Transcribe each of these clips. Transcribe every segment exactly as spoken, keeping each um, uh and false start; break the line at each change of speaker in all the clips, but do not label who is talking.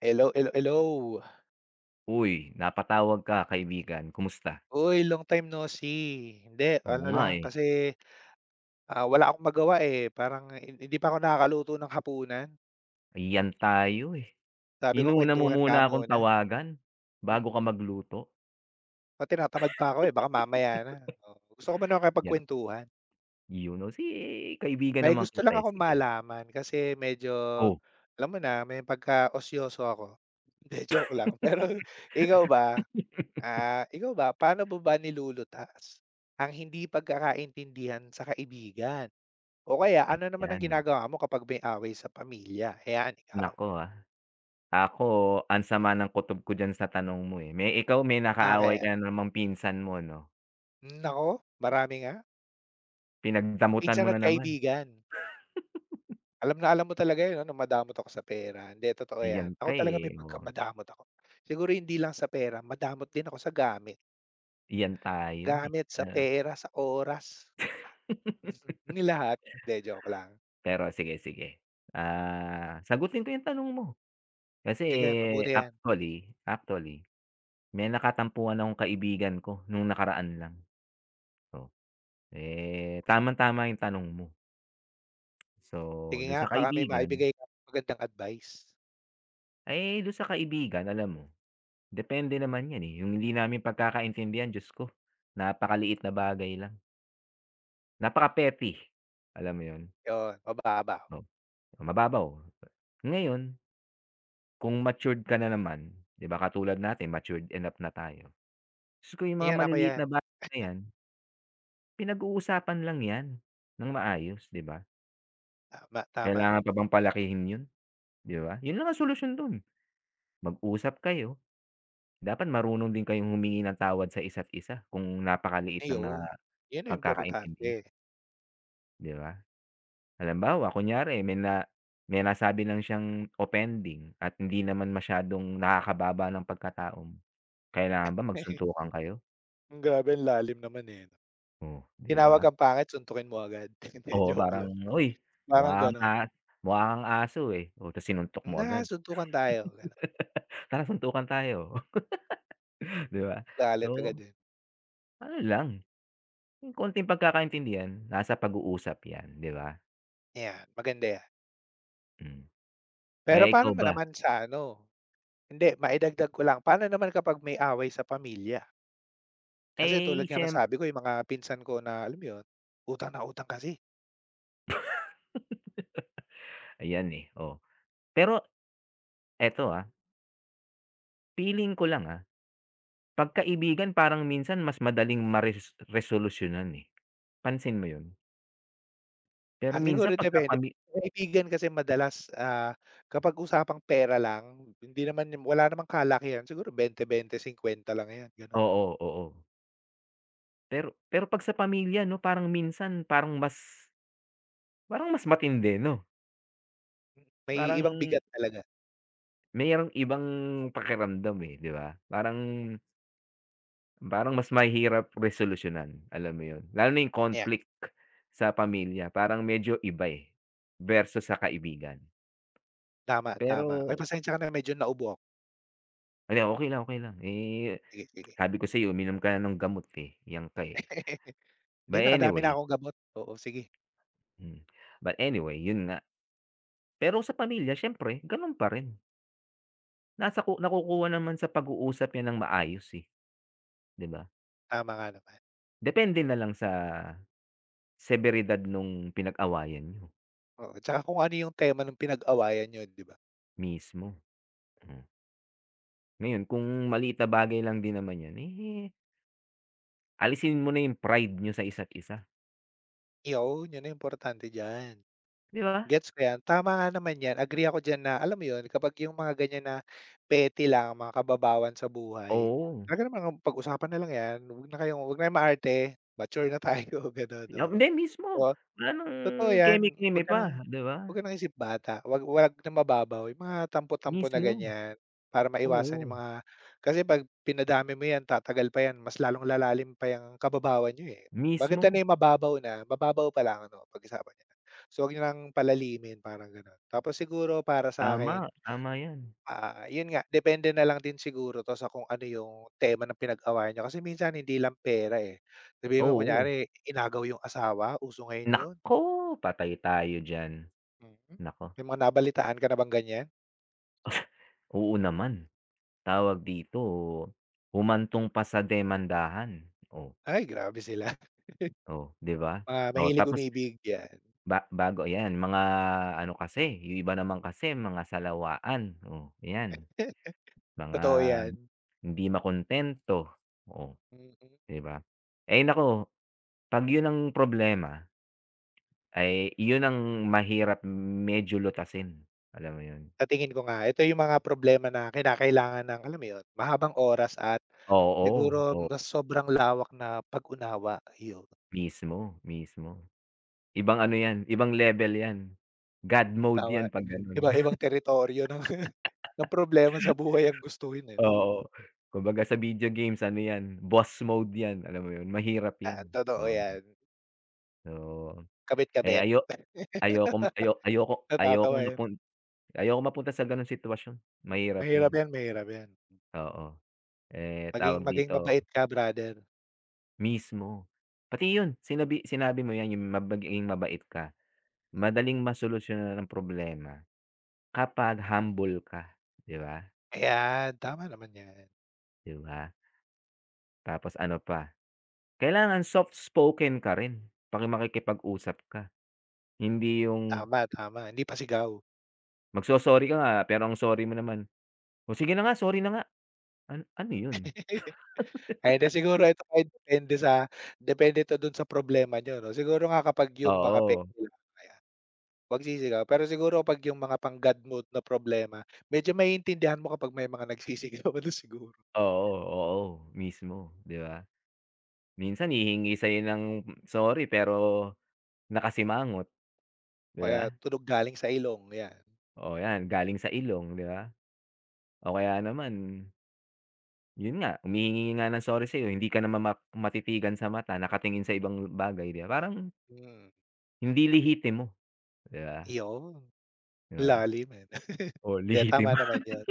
Hello, hello, hello.
Uy, napatawag ka kaibigan, kumusta?
Uy, long time no see. Hindi,
Oo
ano
nga,
lang
eh,
kasi, ah, wala akong magawa, eh, parang hin hindi pa ako nakakaluto ng hapunan.
ayan tayo, eh.
Sabi ko
Inuna mo
kuwentuhan nga
muna akong
muna.
tawagan
Hmm,
bago ka magluto.
o tinatamad pa ako, eh, baka mamaya na. Oo, gusto ko muna
Yeah,
makipagkuwentuhan.
you know, si kaibigan
May
naman
gusto lang
kita, eh,
akong
sige.
malaman kasi medyo
Oh.
alam mo na, may pagkaosyoso ako. Hindi, joke lang. Pero ikaw ba, ah, ikaw ba, paano mo ba nilulutas ang hindi pagkakaintindihan sa kaibigan? O kaya ano naman ang
'Yan,
ginagawa mo kapag may away sa pamilya? Ayan, ikaw,
naku, ah. Ako, ang sama ng kutob ko diyan sa tanong mo, eh. May ikaw may nakaaway ka
bakit?
na namang pinsan mo 'no?
Nako, marami nga.
Pinagdamutan mo
Pinsan at
na naman.
kaibigan. Alam na alam mo talaga 'yun ano, madamot ako sa pera. Hindi, totoo 'yan.
Ayan
Ako
ka,
talaga may
eh, oo.
pagkamadamot ako. Siguro hindi lang sa pera, madamot din ako sa gamit.
Ayan tayo, eh.
Gamit, sa
Ah,
pera, sa oras, nilahat. Hindi, joke lang.
pero sige, sige. Ah, sagutin ko 'yung tanong mo. Kasi
Sige, mabuti 'yan.
actually, actually may nakatampuhan akong kaibigan ko nung nakaraan lang. So, eh, tamang-tama yung tanong mo. So,
Sige
dun
nga,
sa
baka may
kaibigan,
maibigay kang magandang advice.
eh, dun sa kaibigan alam mo, depende naman yan, eh, yung hindi namin pagkakaintindihan, Diyos ko, napakaliit na bagay lang, napaka-petty, alam mo yun?
'Yun, mababaw.
Oh, mababaw. Ngayon, kung matured ka na naman, 'di ba katulad natin matured enough na tayo. Diyos ko yung mga
'Yan, ako
maliliit
'yan.
na bagay na yan pinag-uusapan lang 'yan ng maayos, 'di ba?
Tama, tama.
Kailangan pa bang palakihin 'yun, 'di ba? 'Yun lang ang solusyon do'n, mag-usap kayo. Dapat marunong din kayong humingi ng tawad sa isa't isa kung napakaliit
Ay,
lang na
oo. 'Yan ang
pagkakaintindihan,
importante.
'di ba? Halimbawa, kunyari may na may nasabi lang siyang offending at hindi naman masyadong nakakababa ng pagkatao mo. Kailangan ba magsuntukan kayo?
Ang Grabe ang lalim naman, eh, 'no.
Oh, 'di
Tinawag
ba?
kang pangit suntukin mo agad. Hindi,
Oo,
joke
parang,
lang.
"Uy,
Parang
mukha kang a
gano'n.
mukha kang aso, eh." Oh, ta's sinuntok mo
"Na,
agad.
suntukan tayo." Gano'n.
Tara suntukan tayo, 'di ba?
Galit agad,
So,
eh.
ano lang, yung konting pagkakaintindihan, nasa pag-uusap 'yan, 'di ba?
'Yan, maganda 'yan.
Hmm.
Pero
Eh,
paano
ikaw
mo
ba?
naman sa ano hindi, maidagdag ko lang. Paano naman kapag may away sa pamilya? Kasi tulad
Eh,
nga ng
siyem
sabi ko, yung mga pinsan ko na alam mo 'yun, utang na utang kasi.
Ayan, eh, oh. Pero eto, ah, feeling ko lang, ah, pagkaibigan parang minsan mas madaling mares resolusyunan, eh. Pansin mo 'yun? Pero
Ah,
minsan
siguro
pagka
depende.
pami
Kaibigan kasi madalas, ah, kapag usapang pera lang, hindi naman wala namang kalakihan, siguro bente bente singkuwenta lang 'yan, gano'n.
Oo, oo. Pero pero 'pag sa pamilya 'no, parang minsan parang mas parang mas matindi 'no?
Mm, may
Parang
ibang bigat talaga,
Mayroong ibang pakiramdam, eh, 'di ba? Parang parang mas mahirap resolusyonan alam mo 'yun? Lalo na 'yung
yeah,
conflict sa pamilya parang medyo iba, eh, versus sa kaibigan.
tama, tama. Ay
Pero
pasensya ka na medyo naubo ako,
hala, okay lang, okay lang, eh,
sige, sige.
sabi ko sa'yo uminom ka na ng gamot, eh, yang ka, eh.
Hindi,
But
nakadami na
anyway
akong gamot, oo, sige,
hmm, but anyway 'yun nga. Pero sa pamilya siyempre gano'n pa rin. Nasa ku Nakukuha naman sa pag-uusap 'yan ng maayos, eh, 'di ba?
tama nga naman.
Depende na lang sa severidad nung pinag-awayan niyo.
Oo, 'tsaka kung ano yung tema ng pinag-awayan niyo, 'di ba?
Mismo, hmm. Ngayon kung maliit na bagay lang din naman 'yan, eh, alisin mo na yung pride niyo sa isa't isa,
Iyon, yun ang importante diyan.
'di ba?
Gets ko 'yan, tama nga naman 'yan, agree ako diyan na alam mo 'yun, kapag yung mga ganyan na petty lang, mga kababawan sa buhay,
Oo,
talaga namang pag-usapan na lang 'yan, huwag na kayong huwag na kayong maarte, mature na tayo, gano'n,
yup,
oo.
hindi mismo, wala nang
Totoo 'yan,
keme-keme
'wag ka ng
pa, 'di ba?
'wag ka ng isip bata, 'wag 'wag ng mababaw, yung mga tampo-tampo na
Mismo,
ganiyan, para maiwasan
oo,
yung mga kasi 'pag pinadami mo 'yan tatagal pa 'yan, mas lalong lalalim pa yung kababawan niyo, eh. Maganda
mismo,
na yung mababaw na, mababaw pa lang ano, pag-usapan niyo. So, 'wag niyo ng palalimin, parang gano'n. Tapos siguro para sa akin
tama, tama 'yan.
ah, yun nga, depende na lang din siguro 'to sa kung ano yung tema ng pinag-awayan niyo kasi minsan hindi lang pera, eh. Sabihin mo
Oo,
kunyari inagaw yung asawa, uso ngayon yun.
naku, patay tayo diyan,
Mm.
nako,
May mga nabalitaan ka na bang ganyan?
oo naman, tawag dito, humantong pa sa demandahan, oh,
Ay grabe sila,
oh, 'di ba?
mga
Oh,
mahilig
tapos
umibig yan,
Ba bago 'yan, mga ano kasi, yung iba naman kasi mga salawaan, oh, 'yan. Mga
totoo yan.
hindi makontento, oh,
Mm.
'di ba? Eh, naku, 'pag yun ang problema, ay yun ang mahirap medyo lutasin, alam mo yun?
Sa tingin ko nga ito yung mga problema na kinakailangan ng alam mo yun, mahabang oras at siguro
Oo, oo,
mas sobrang lawak na pag-unawa, yun.
mismo, mismo. Ibang ano 'yan, ibang level 'yan. God mode
Tama,
'yan 'pag ganun.
iba-ibang teritoryo ng ng problema sa buhay ang gustuhin, eh, 'no?
Oo, kumbaga sa video games ano 'yan, boss mode 'yan, alam mo yun? Mahirap
Oo,
'yan,
totoo
oo.
yan,
So, Eh,
kabit-kabit.
ayo ayokong ayo ayoko
Natatawa
ayokong
yun,
mapun ayokong mapunta sa gano'ng sitwasyon,
mm,
mahirap
mahirap
'yun,
yan, mahirap yan.
oo. Eh,
Maging
tawag
maging
dito,
mabait ka, brother.
mismo. Pati 'yun sinabi sinabi mo 'yan, 'yung ma maging mabait ka, madaling masolusyonan ang problema kapag humble ka, 'di ba,
Ayan, tama naman 'yan.
'di ba? Tapos ano pa, kailangan soft spoken ka rin 'pag makikipag-usap ka, hindi 'yung
Tama, tama, hindi pasigaw.
magso-sorry ka nga pero ang sorry mo naman, "O sige na nga, sorry na nga." An ano 'yun?
Ayan na siguro ito ay depende sa depende to dun sa problema niyo 'no. Siguro nga kapag yung mga peke
Oo.
lang, ayan, 'wag sisigaw. Pero siguro kapag yung mga pang God mode na problema, medyo maiintindihan mo kapag may mga nagsisigaw, na siguro
Oo, oo, mismo, 'di ba? Minsan hihingi sa'yo ng sorry pero nakasimangot,
o
'di
kaya
ba?
tunog galing sa ilong, 'yan.
O 'yan, galing sa ilong, 'di ba? O kaya naman, yun nga, humihingi nga ng sorry sa'yo, hindi ka naman ma matitigan sa mata, nakatingin sa ibang bagay, 'di ba? Parang
Mm,
hindi lihitimo, mo, 'di ba?
iyon,
'Di ba?
lalim, eh.
O
'Di, tama
lihitimo,
naman yun.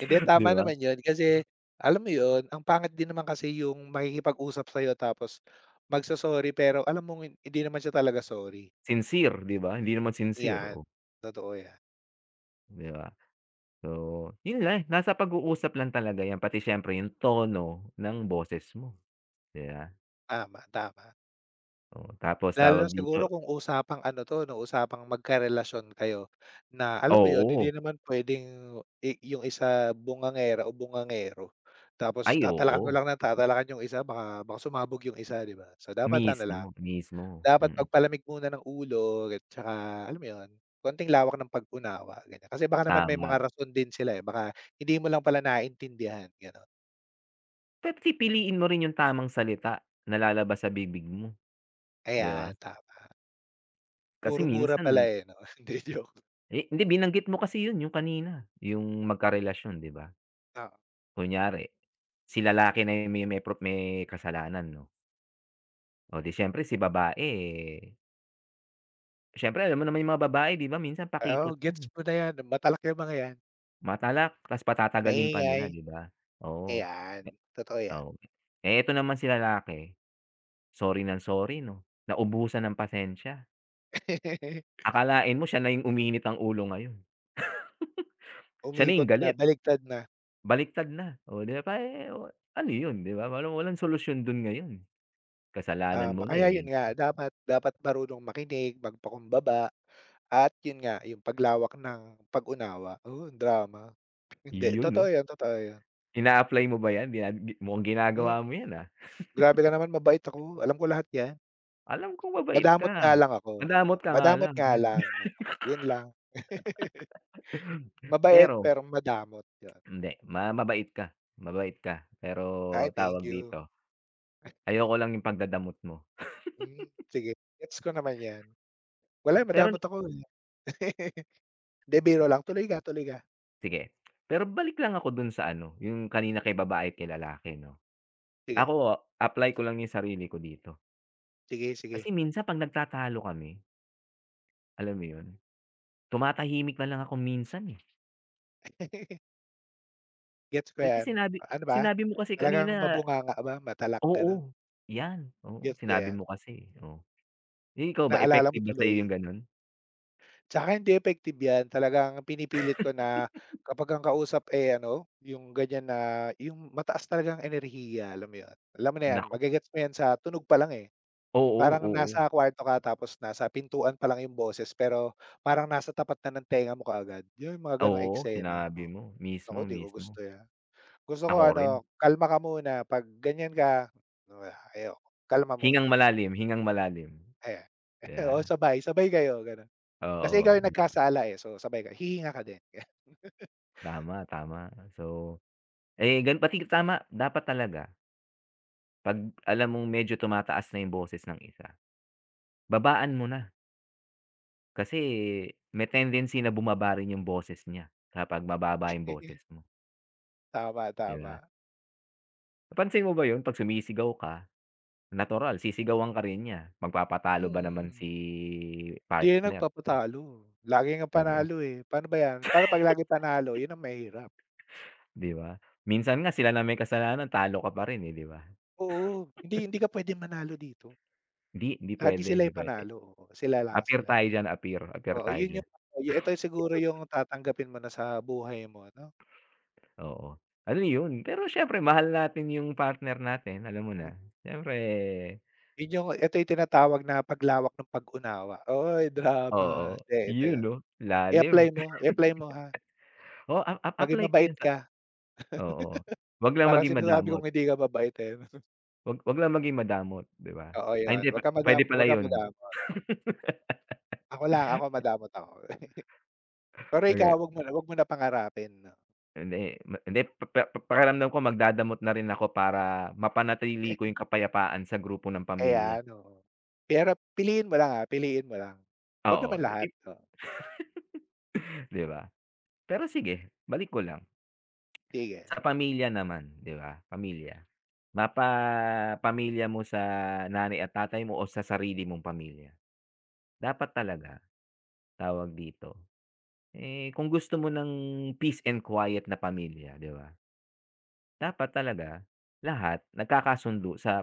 Hindi,
'di
tama
ba?
naman yun kasi alam mo yun, ang pangit din naman kasi yung makikipag-usap sa'yo tapos magso-sorry pero alam mong hindi naman siya talaga sorry.
Sincere, 'di ba? Hindi naman sincere,
'Yan,
oh,
totoo 'yan.
'di ba? So, yun lang, nasa pag-uusap lang talaga 'yan, pati siyempre yung tono ng boses mo, 'di ba?
Tama, tama.
Oo, tapos
Lalo na
tawag dito,
siguro kung usapang ano 'to 'no, usapang magkarelasyon kayo na alam mo yun, hindi
oo.
naman puwedeng i yung isa bungangera o bungangero tapos
Ay,
tatalakan mo
oo.
lang na tatalakan yung isa baka baka sumabog yung isa, 'di ba? So, dapat ano lang
Mismo, mismo.
Dapat
Mm,
pagpalamig muna ng ulo at tsaka alam mo 'yun, konting lawak ng pag-unawa ganyan. Kasi baka naman may
tama.
mga rason din sila, eh, baka hindi mo lang pala naiintindihan gano'n.
Pero pipiliin mo rin yung tamang salita na lalabas sa bibig mo, 'di ba?
Ayan, tama.
Kasi
Puro mura pala,
minsan
eh, 'no? Hindi, joke.
eh, hindi, binanggit mo kasi yun yung kanina, yung magkarelasyon, 'di ba?
Oo.
Kunyari, si lalaki na yung may may pro may kasalanan 'no. Oh, 'di siyempre si babae, eh, siyempre alam mo naman yung mga babae, 'di ba, minsan
Oo,
pakipot yan,
gets ko na 'yan, matalak 'yang mga 'yan.
matalak ta's patatagalin pa
Maingay,
nila, 'di ba? Oo.
ayan, totoo 'yan.
Oo. Eh, eto naman si lalaki, sorry ng sorry 'no, naubusan ng pasensya. Akalain mo siya na yung uminit ang ulo ngayon, siya na yung
Umikot na,
galit,
baliktad na,
baliktad na. Oh, 'di ba, eh, ano yun, 'di ba, parang walang solusyon dun ngayon. Kasalanan
tama.
mo na,
Kaya 'yun
eh,
nga, dapat dapat marunong makinig, magpakumbaba at 'yun nga, yung paglawak ng pag-unawa. Oo, ang drama. Hindi,
yun 'no.
totoo 'yan, totoo 'yan.
Ina-apply mo ba yan? Gina mukhang
Hmm,
ginagawa mo yan, ah.
grabe ka naman mabait ako, alam ko lahat 'yan.
Alam kong mabait
Madamot
ka,
nga lang ako, oo.
madamot ka nga
Madamot
lang,
nga
yun.
lang, oo, 'yun lang. Mabait
Pero
pero madamot, 'yun.
hindi, ma mabait ka, mabait ka, pero
Ay, thank
tawag
you.
dito, ayoko lang yung pagdadamot mo.
Hmm, sige, gets ko naman 'yan. Wala,
Pero
madamot ako, eh. 'Di, biro lang. Tuloy ka, tuloy ka.
sige. Pero balik lang ako dun sa ano, yung kanina kay babae at kay lalaki 'no.
Sige,
Ako, apply ko lang yung sarili ko dito.
sige, sige.
Kasi minsan 'pag nagtatalo kami, alam mo yun, tumatahimik na lang ako minsan, eh.
Gets ko
Kasi
'yan.
sinabi
Ano ba,
sinabi mo kasi
talagang
kanina,
mabunganga ba, matalak, gano'n?
oo, yan, oo,
Gets ko
sinabi
'yan.
mo kasi, eh, oo. Eh, ikaw ba
Naalala mo
effective ba sa'yo
tuloy.
yung ganun?
Sa'kin hindi effective 'yan, talagang pinipilit ko na kapag ang kausap, eh, ano, yung ganyan na yung mataas talagang enerhiya, alam mo 'yun? Alam mo na 'yan,
Naku,
mage-gets mo 'yan sa tunog pa lang, eh.
oo,
Parang
oo.
nasa kuwarto ka tapos nasa pintuan pa lang yung boses pero parang nasa tapat na ng tenga mo kaagad, yung mga gano'ng
Oo,
eksena.
sinabi
Oh,
mo, mismo,
naku, 'di ko gusto
mismo.
'yan. Gusto ko
Ako rin.
ano, kalma ka muna 'pag ganyan ka, wala, ayoko, kalma muna,
Hingang
gano'n,
malalim, hingang malalim,
ayan. Oo,
yeah
sabay, sabay kayo gano'n.
ba?
Kasi
Oo,
ikaw yung
'di ba?
nagkasala, eh, so sabay kayo, hihinga ka din.
Tama, tama. So, Eh, gan pati tama, dapat talaga 'pag alam mong medyo tumataas na yung boses ng isa, babaan mo na. Kasi may tendency na bumaba rin yung boses niya kapag mababa yung boses mo,
Tama,
'di ba?
tama.
Napansin mo ba yun 'pag sumisigaw ka, natural sisigawan ka rin niya, magpapatalo ba naman
Mm.
si
'Di yan
partner, ah,
nagpapatalo, lagi ngang
oo,
panalo, eh. Paano ba yan? Para 'pag lagi panalo, yun ang mahirap.
'di ba? Minsan nga sila na may kasalanan talo ka pa rin, eh, 'di ba?
Oo, hindi hindi ka puwedeng manalo dito.
Hindi, hindi
Lagi
puwede,
sila
hindi
yung
puwede.
panalo, oo. Sila lang,
Appear
sila lang.
tayo diyan, appear, appear
Oo,
tayo
yun
diyan.
yung ano, ito siguro yung tatanggapin mo na sa buhay mo 'no.
Oo, ano yun, pero siyempre mahal natin yung partner natin, alam mo
Hmm,
na. Siyempre
yun yung ito yung tinatawag na paglawak ng pag-unawa. Oy, drama.
oo,
Hindi, ito
yun
yun.
'no,
I-apply
lalim.
mo, i-apply mo, ha.
Oo, a a
Maging
apply ko
mabait
yun sa,
ka.
oo, 'wag lang
Parang
maging
sinasabi
madamot,
kong hindi ka mabait, eh.
'wag 'wag lang maging madamot, 'di ba?
Oo,
Ay
yun.
hindi,
Wag kang madam
puwede pala
wag kang
yun.
madamot. Ako lang, ako madamot ako. Pero ikaw
Kumbaga
wag mo na wag mo na pangarapin 'no.
hindi, hindi pa pa pakiramdam ko magdadamot na rin ako para mapanatili ko yung kapayapaan sa grupo ng pamilya.
Ayan, oo. Pero piliin mo lang, ah, piliin mo lang. Wag
Oo,
naman lahat, oo,
'di ba? Pero sige, balik ko lang,
sige.
sa pamilya naman, 'di ba, pamilya. Mapapamilya mo sa nanay at tatay mo o sa sarili mong pamilya. Dapat talaga, tawag dito, eh, kung gusto mo ng peace and quiet na pamilya, 'di ba? Dapat talaga lahat nagkakasundo sa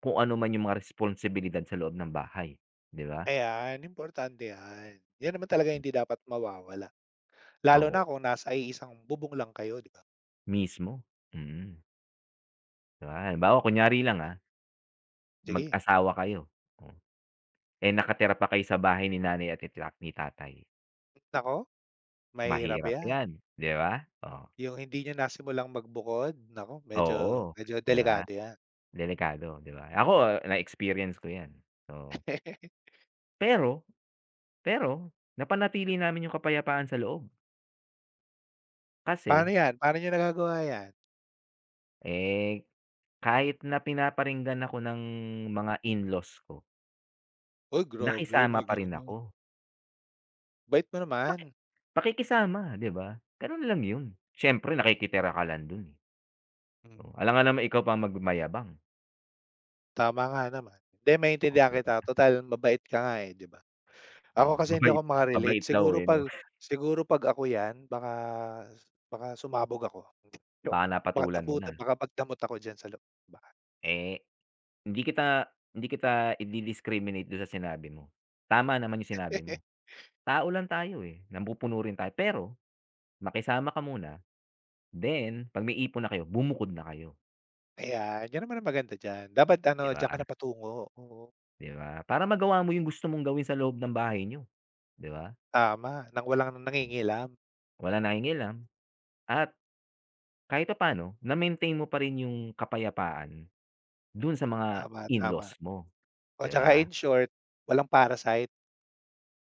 kung ano man yung mga responsibilidad sa loob ng bahay, 'di ba?
Ayan, importante 'yan. 'Yan naman talaga hindi dapat mawawala. Lalo na
Oo,
kung nasa isang bubong lang kayo, 'di ba?
mismo, mm. 'Di ba, halimbawa kunyari lang, ah,
Sige,
mag-asawa kayo, oh, eh, nakatira pa kayo sa bahay ni nanay at ni ta ni tatay,
naku, mahirap
mahirap
'yan.
'yan, 'di ba? Oh.
Yung hindi niyo nasimulang magbukod, naku medyo
Oo,
medyo
'di ba?
delikado 'yan.
Delikado, 'di ba? Ako na-experience ko 'yan, oo. Pero pero napanatili namin 'yung kapayapaan sa loob
Paano
kasi,
'yan, paano niyo nagagawa 'yan?
eh, kahit na pinaparinggan ako ng mga in-laws ko,
Uy, grabe
nakisama
may
pa rin
gano'n.
ako.
Bait mo naman.
Paki Pakikisama, 'di ba? Gano'n lang 'yun. Siyempre nakikitira ka lang do'n, eh.
Hmm.
Oh, alangan naman ikaw pa magmayabang,
Tama nga naman. Hindi
oh,
maintindihan
'di ba?
kita total mabait ka nga, eh, 'di ba?
Oh,
Ako kasi hindi
mabait
ako maka
mabait daw,
siguro
eh,
'pag
'no?
siguro 'pag ako 'yan baka baka sumabog ako. Hindi
Baka
ako- Baka
napatulan mo na,
damutan Baka magdamot ako diyan sa loob ng bahay.
eh. Hindi kita Hindi kita i-di-discriminate do'n sa sinabi mo. Tama naman 'yung sinabi mo. Tao lang tayo, eh, nampupuno rin tayo pero makisama ka muna, then 'pag may ipon na kayo, bumukod na kayo,
Ayan, 'yun naman ang maganda diyan. Dapat ano
'di ba,
diyan ka na patungo, oo,
'di ba? Para magawa mo 'yung gusto mong gawin sa loob ng bahay niyo, 'di ba?
tama, nang walang nangingilam.
Walang nangingialam at kahit papaano na-maintain mo pa rin 'yung kapayapaan do'n sa mga
Tama, tama.
in-laws mo,
O
'di
'tsaka in
ba?
short, walang parasite,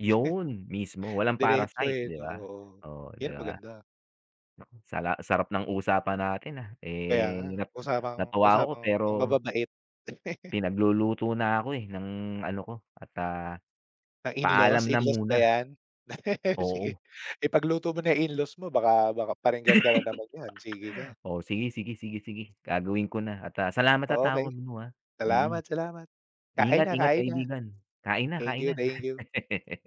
'Yun mismo, walang
diretso,
parasite,
eh,
'di
no?
ba?
Oo.
Oh, 'di
'Yun ang
ba?
maganda.
Naku, sala sarap ng usapan natin, ah,
Kaya
eh,
nga,
nat
usapang
natuwa ako
usapang
pero
pang mababait.
pinagluluto na ako, eh, ng ano ko at, ah,
Ng in-laws?
paalam na
In-laws ba
muna.
'yan? Sige,
Oo,
ipagluto mo na yung in-laws mo baka baka paringgan ka na naman niyan, sige ka.
oo, sige, sige, sige, sige gagawin ko na at, ah, salamat sa
Oh,
tawag mo, ah. Mm,
Salamat, salamat. Kain
ingat,
na,
ingat
kain na.
kaibigan. Kain na,
Thank
kain
you,
na.
thank you.